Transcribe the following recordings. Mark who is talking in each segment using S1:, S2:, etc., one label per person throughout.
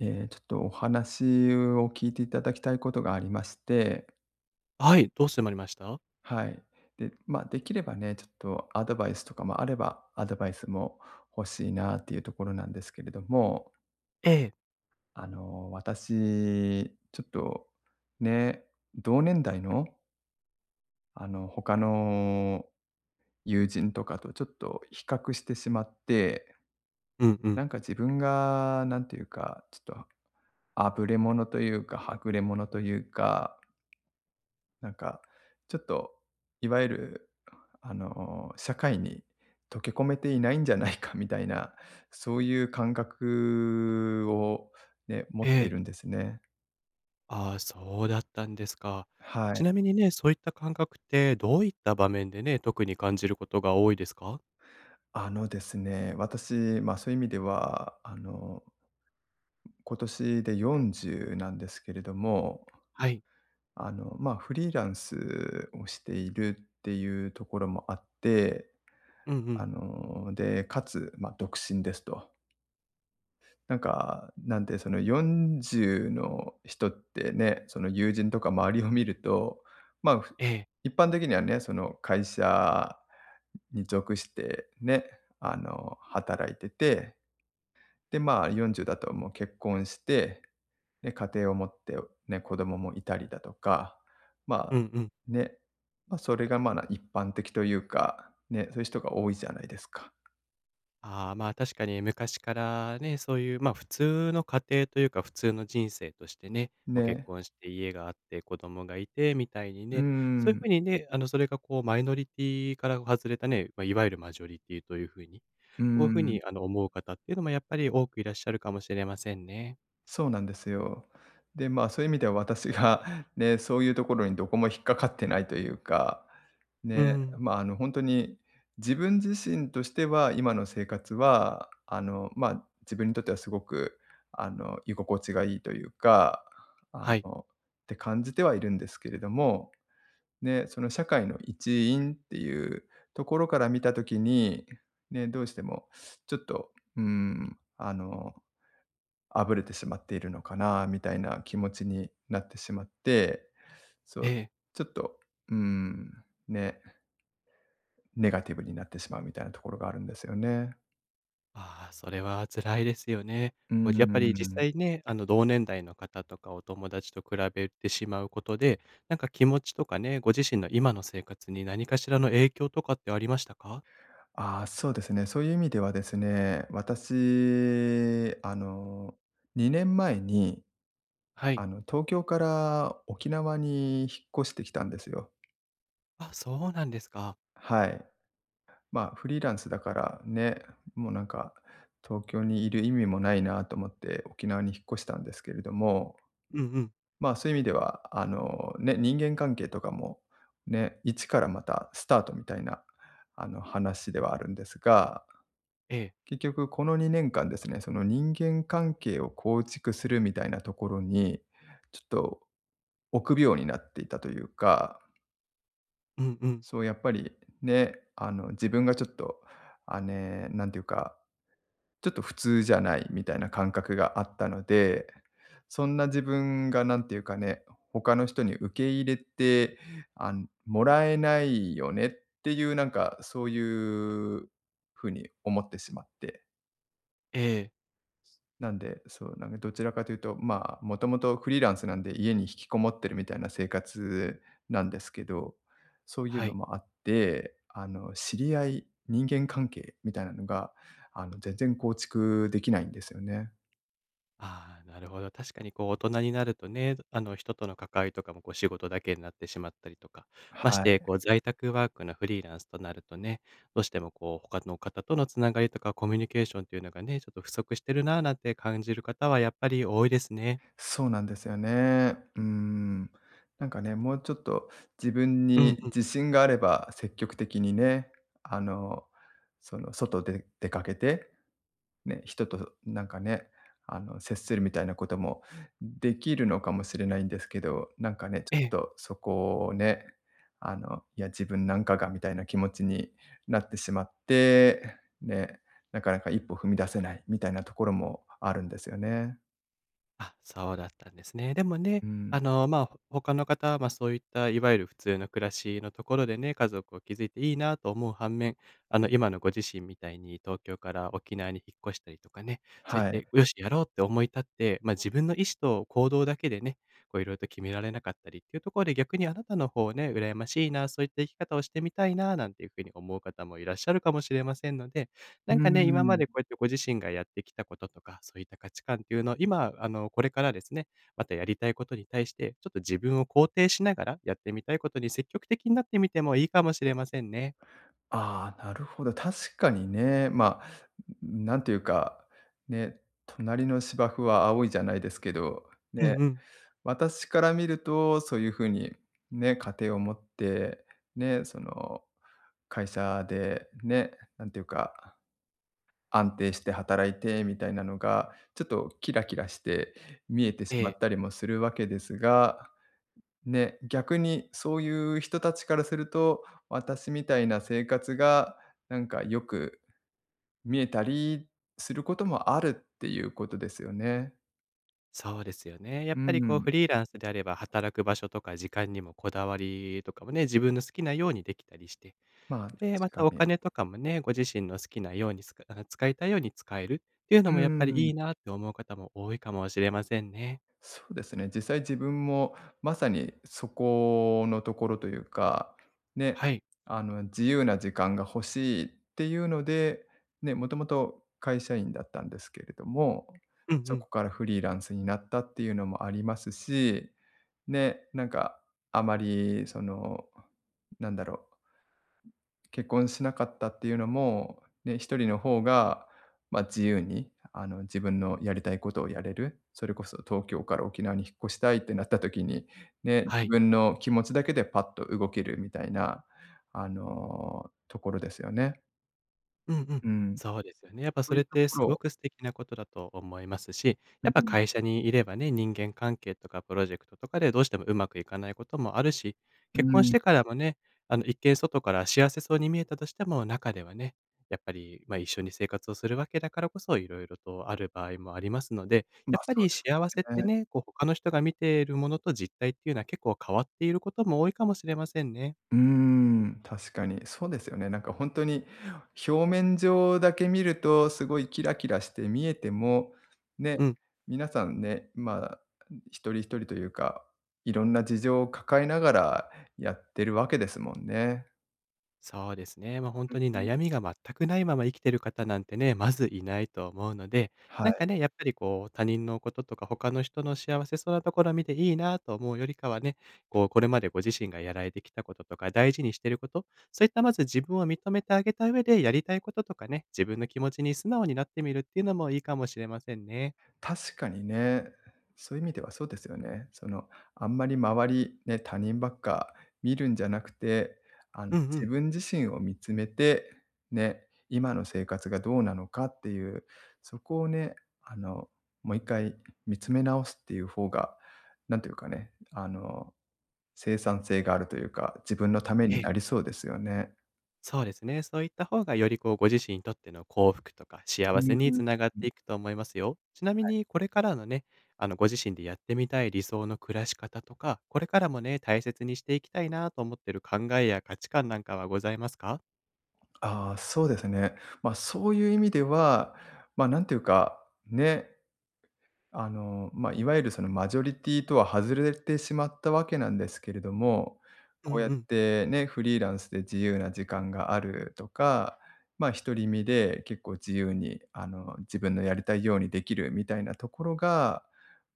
S1: ちょっとお話を聞いていただきたいことがありまして、
S2: はい、どうしてまいりました？
S1: はい。で、まあ、できればね、ちょっとアドバイスとかもあれば、アドバイスも欲しいなっていうところなんですけれども、
S2: ええ。
S1: 私、ちょっと、ね、同年代の、他の友人とかとちょっと比較してしまって、
S2: うんうん。
S1: なんか自分が、なんていうか、ちょっと、あぶれ者というか、はぐれ者というかなんか、ちょっと、いわゆる、社会に溶け込めていないんじゃないかみたいな、そういう感覚をね、持っ
S2: え
S1: てい
S2: え。
S1: るんですね。
S2: ああ、そうだったんですか。
S1: はい。
S2: ちなみにね、そういった感覚ってどういった場面でね、特に感じることが多いですか？
S1: あのですね、私、ま、そういう意味では、今年で40なんですけれども、
S2: はい。
S1: ま、フリーランスをしているっていうところもあって、
S2: うんうん。
S1: で、かつ、ま、独身ですと。なんか、なんて、その40の人ってね、その友人とか周りを見ると、まあ、
S2: ええ。
S1: 一般的にはね、その会社に属してね、働いてて、で、まあ、40だともう結婚して、で、家庭を持って、ね、子供もいたりだとか、まあ、
S2: うんうん。
S1: ね、まあ、それが、まあ、一般的というか、ね、そういう人が多いじゃないですか。
S2: ああ、まあ、確かに昔からね、そういう、まあ、普通の家庭というか、普通の人生としてね、こう結
S1: ね。
S2: 婚して家があって子供がいてみたいに
S1: うー
S2: ね、そういう
S1: ん、
S2: 風にね、それがこうマイノリティから外れたね、まあ、いわゆるマジョリティという風に、
S1: うー
S2: こういう風
S1: ん。
S2: に思う方っていうのもやっぱり多くいらっしゃるかもしれませんね。
S1: そうなんですよ。で、まあ、そういう意味では私が ね、そういうところにどこも引っかかってないというか、ね、
S2: うん。
S1: まあ、本当に自分自身としては、今の生活は、まあ、自分にとってはすごく、居心地がいいというか、あ
S2: はい。
S1: の、って感じてはいるんですけれども、ね、その社会の一員っていうところから見たときに、ね、どうしてもちょっと、うん、あぶれてしまっているのかなみたいな気持ちになってしまって、そう、
S2: ええ。
S1: ちょっと、うーん、ね、ネガティブになってしまうみたいなところがあるんですよね。
S2: ああ、それは辛いですよね。
S1: うー
S2: こうやっぱり実
S1: ん。
S2: 際ね、あの同年代の方とかお友達と比べてしまうことで、なんか気持ちとかね、ご自身の今の生活に何かしらの影響とかってありましたか？
S1: ああ、そうですね。そういう意味ではですね、私、2年前に、
S2: はい。
S1: 東京から沖縄に引っ越してきたんですよ。
S2: あ、そうなんですか。
S1: はい。まあ、フリーランスだからね、もうなんか、東京にいる意味もないなと思って沖縄に引っ越したんですけれども、
S2: うんうん。
S1: まあ、そういう意味では、ね、人間関係とかも、ね、一からまたスタートみたいな、話ではあるんですが、
S2: ええ。
S1: 結局この2年間ですね、その人間関係を構築するみたいなところに、ちょっと臆病になっていたというか、
S2: うんうん。
S1: そうやっぱりね、自分がちょっと、なんていうか、ちょっと普通じゃないみたいな感覚があったので、そんな自分がなんていうかね、他の人に受け入れて、もらえないよねっていうなんか、そういう風に思ってしまって。
S2: ええ。
S1: なんで、そう、なんかどちらかというと、まあ、もともとフリーランスなんで家に引きこもってるみたいな生活なんですけど、そういう
S2: は
S1: の
S2: い。
S1: もあって、知り合い、人間関係みたいなのが、全然構築できないんですよね。
S2: ああ、なるほど。確かにこう大人になるとね、あの人との関わりとかもこう仕事だけになってしまったりとか、まし
S1: は
S2: て
S1: い、
S2: こう在宅ワークのフリーランスとなるとね、どうしてもこう他の方とのつながりとかコミュニケーションというのがね、ちょっと不足してるなあなんて感じる方はやっぱり多いですね。
S1: そうなんですよね。うん。なんかね、もうちょっと自分
S2: うん
S1: に
S2: うん。
S1: 自信があれば、積極的にね、あの、その、外で出かけて、ね、人となんかね、接するみたいなこともできるのかもしれないんですけど、なんかね、ちょ
S2: え
S1: っ
S2: え。
S1: とそこをね、いや、自分なんかがみたいな気持ちになってしまって、ね、なかなか一歩踏み出せないみたいなところもあるんですよね。
S2: あ、そうだったんですね。でもね、
S1: うん。
S2: まあ、ほ他の方は、まあ、そういったいわゆる普通の暮らしのところでね、家族を築いていいなと思う反面、あの、今のご自身みたいに東京から沖縄に引っ越したりとかね、そうや
S1: はい。
S2: って、よし、やろうって思い立って、まあ、自分の意思と行動だけでね、こういろいろと決められなかったりっていうところで、逆にあなたの方ね、羨ましいな、そういった生き方をしてみたいな、なんていうふうに思う方もいらっしゃるかもしれませんので、
S1: う
S2: な
S1: ー
S2: んかね、今ま
S1: ん。
S2: でこうやってご自身がやってきたこととか、そういった価値観っていうのを、今、これからですね、またやりたいことに対して、ちょっと自分を肯定しながら、やってみたいことに積極的になってみてもいいかもしれませんね。
S1: ああ、なるほど。確かにね、まあ、なんていうか、ね、隣の芝生は青いじゃないですけど、
S2: う
S1: ね、
S2: んうん。
S1: 私から見るとそういう風に、ね、家庭を持って、ね、その、会社でね、なんていうか、安定して働いてみたいなのが、ちょっとキラキラして見えてし
S2: え
S1: まっ
S2: え、
S1: たりもするわけですがね、逆にそういう人たちからすると、私みたいな生活が、なんかよく見えたりすることもあるっていうことですよね。
S2: そうですよね。やっ
S1: う
S2: ぱりこう
S1: ん、
S2: フリーランスであれば、働く場所とか時間にもこだわりとかもね、自分の好きなようにできたりして、
S1: まあ、
S2: で、ま
S1: 確
S2: たお
S1: かに。
S2: 金とかもね、ご自身の好きなようにつか使いたいように使えるっていうの
S1: う
S2: もやっぱり
S1: ん。
S2: いいなって思う方も多いかもしれませんね。
S1: そうですね、実際自分もまさにそこのところというか、ね、
S2: はい。
S1: 自由な時間が欲しいっていうので、ね、もともと会社員だったんですけれども、
S2: うんう
S1: そ
S2: ん。
S1: こからフリーランスになったっていうのもありますし、ね、なんかあまりその、なんだろう結婚しなかったっていうのも、ね、一人の方が、まあ、自由に、自分のやりたいことをやれる、それこそ東京から沖縄に引っ越したいってなった時に、ね、
S2: は
S1: 自
S2: い。
S1: 分の気持ちだけでパッと動けるみたいな、ところですよね。
S2: うんうん。
S1: うん。
S2: そうですよね。やっぱ
S1: そ
S2: そ
S1: うい
S2: れ
S1: う
S2: っ
S1: と
S2: て
S1: こ
S2: す
S1: ろ
S2: ご
S1: を
S2: く素敵なことだと思いますし、
S1: う
S2: やっぱ
S1: ん、
S2: 会社にいればね、人間関係とかプロジェクトとかでどうしてもうまくいかないこともあるし、
S1: う
S2: 結婚し
S1: ん、
S2: てからもね、あの一見外から幸せそうに見えたとしても、中ではね、やっぱり、まあ、一緒に生活をするわけだからこそ、いろいろとある場合もありますので、
S1: ま、
S2: やっぱ
S1: そう
S2: り幸せっ
S1: だよ
S2: て
S1: ね。
S2: ね、こう他の人が見ているものと実態っていうのは結構変わっていることも多いかもしれませんね。
S1: うーん、確かに。そうですよね。なんか本当に表面上だけ見ると、すごいキラキラして見えても、ね、
S2: うん。
S1: 皆さんね、まあ、一人一人というか、いろんな事情を抱えながらやってるわけですもんね。
S2: そうですね。まあ、本当に悩みが全くないまま生きてる方なんてね、まずいないと思うので、
S1: は
S2: なん
S1: い。
S2: かね、やっぱりこう他人のこととか他の人の幸せそうなところを見ていいなと思うよりかはね、こうこれまでご自身がやられてきたこととか大事にしてること、そういったまず自分を認めてあげた上で、やりたいこととかね、自分の気持ちに素直になってみるっていうのもいいかもしれませんね。
S1: 確かにね。そういう意味ではそうですよね。その、あんまり周り、ね、他人ばっか見るんじゃなくて、
S2: うんう
S1: 自
S2: ん。
S1: 分自身を見つめて、ね、今の生活がどうなのかっていう、そこをね、あの、もう一回見つめ直すっていう方が、なんていうかね、生産性があるというか、自分のためになりそうですよね。
S2: そうですね。そういった方がよりこうご自身にとっての幸福とか
S1: う
S2: 幸せにつ
S1: ん。
S2: ながっていくと思いますよ。ちなみにこれからのね、あのご自身でやってみたい理想の暮らし方とか、これからもね、大切にしていきたいなと思ってる考えや価値観なんかはございますか？
S1: ああ、そうですね。まあ、そういう意味では、まあ、なんていうか、ねまあ、いわゆるそのマジョリティとは外れてしまったわけなんですけれども、
S2: う
S1: こう
S2: ん
S1: やっ
S2: うん。
S1: てね、フリーランスで自由な時間があるとか、まあ、独り身で結構自由に、自分のやりたいようにできるみたいなところが、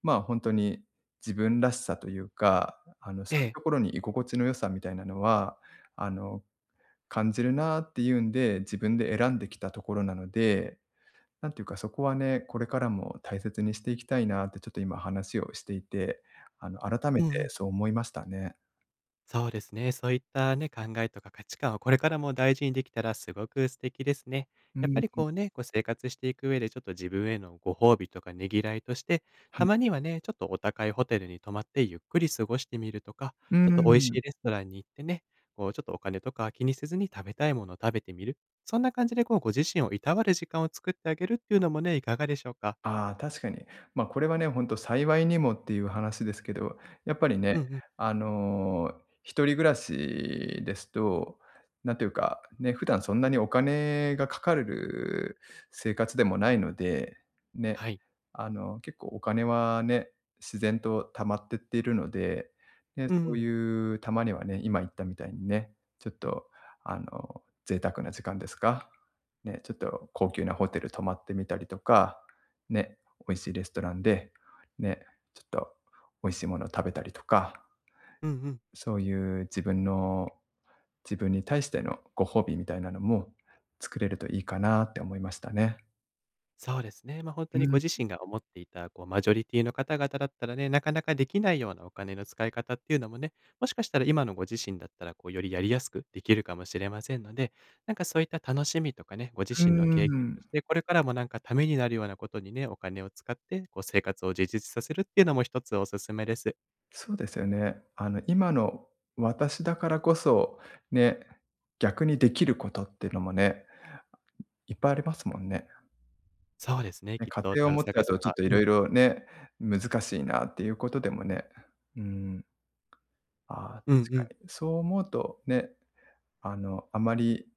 S1: ま、本当に自分らしさというか、そ
S2: え
S1: ういう
S2: え。
S1: ところに居心地の良さみたいなのは、あの、感じるなっていうんで、自分で選んできたところなのでなんていうか、そこはね、これからも大切にしていきたいなってちょっと今話をしていて、改め
S2: う
S1: て
S2: んうん。
S1: そう思いましたね。
S2: そうですね。そういったね、考えとか価値観をこれからも大事にできたらすごく素敵ですね。
S1: う
S2: やっ
S1: ん。
S2: ぱりこうね、こう生活していく上でちょっと自分へのご褒美とかねぎらいとして、たまにはね、ちょっとお高いホテルに泊まってゆっくり過ごしてみるとか、
S1: うー
S2: ちょっと美味し
S1: ん。
S2: いレストランに行ってね、こうちょっとお金とか気にせずに食べたいものを食べてみる。そんな感じでこうご自身をいたわる時間を作ってあげるっていうのもね、いかがでしょうか。
S1: ああ、確かに。まあ、これはね、本当幸いにもっていう話ですけど、やっぱりね、
S2: うんうん。
S1: 一人暮らしですと、なんていうか、ね、普段そんなにお金がかかる生活でもないので、ね、
S2: はい。
S1: 結構お金はね、自然と溜まってっているので、ね、
S2: うんう
S1: そう
S2: ん。
S1: いうたまにはね、今言ったみたいにね、ちょっと、贅沢な時間ですか、ね、ちょっと高級なホテル泊まってみたりとかね、美味しいレストランで、ね、ちょっと美味しいものを食べたりとか、
S2: うんうん。
S1: そういう自分の自分に対してのご褒美みたいなのも作れるといいかなって思いましたね。
S2: そうですね。まあ、本当
S1: う
S2: にご
S1: ん、
S2: 自身が思っていた、こう、マジョリティの方々だったらね、なかなかできないようなお金の使い方っていうのもね、もしかしたら今のご自身だったら、こう、よりやりやすくできるかもしれませんので、なんかそういった楽しみとかね、ご自
S1: うー
S2: 身の経験と
S1: ん、
S2: して、これからもなんかためになるようなことにね、お金を使って、こう、生活を充実させるっていうのも一つおすすめです。
S1: そうですよね。今の私だからこそ、ね、逆にできることっていうのもね、いっぱいありますもんね。
S2: そうですね、
S1: ね、
S2: きっ
S1: 家
S2: と
S1: 庭を
S2: た
S1: 持っちゃ
S2: 探
S1: う
S2: せ
S1: とちょっ
S2: ば
S1: とい
S2: う
S1: ろ
S2: ん。
S1: いろね、難しいなっていうことでもね、うん。ああ、
S2: うんう
S1: 確
S2: ん。
S1: かに。そう思うとね、あまり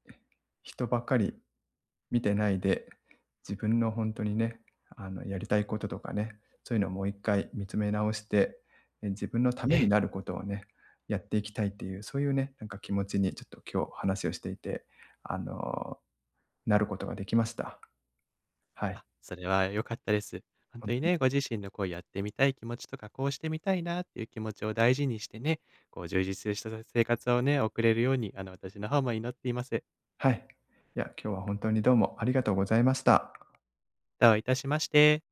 S1: 人ばっかり見てないで、自分の本当にね、やりたいこととかね、そういうのをもう一回見つめ直して、自分のた
S2: え
S1: めに
S2: え。
S1: なることをね、やっていきたいっていう、そういうね、なんか気持ちにちょっと今日話をしていて、あの、なることができました。はい、
S2: あ、それは良かったです。本
S1: 本
S2: 当
S1: 当
S2: に
S1: に
S2: ね、ご自身のこうやってみたい気持ちとか、こうしてみたいなっていう気持ちを大事にしてね、こう充実した生活をね、送れるように、私の方も祈っています。
S1: はい。いや、今日は本当にどうもありがとうございました。
S2: どういたしまして。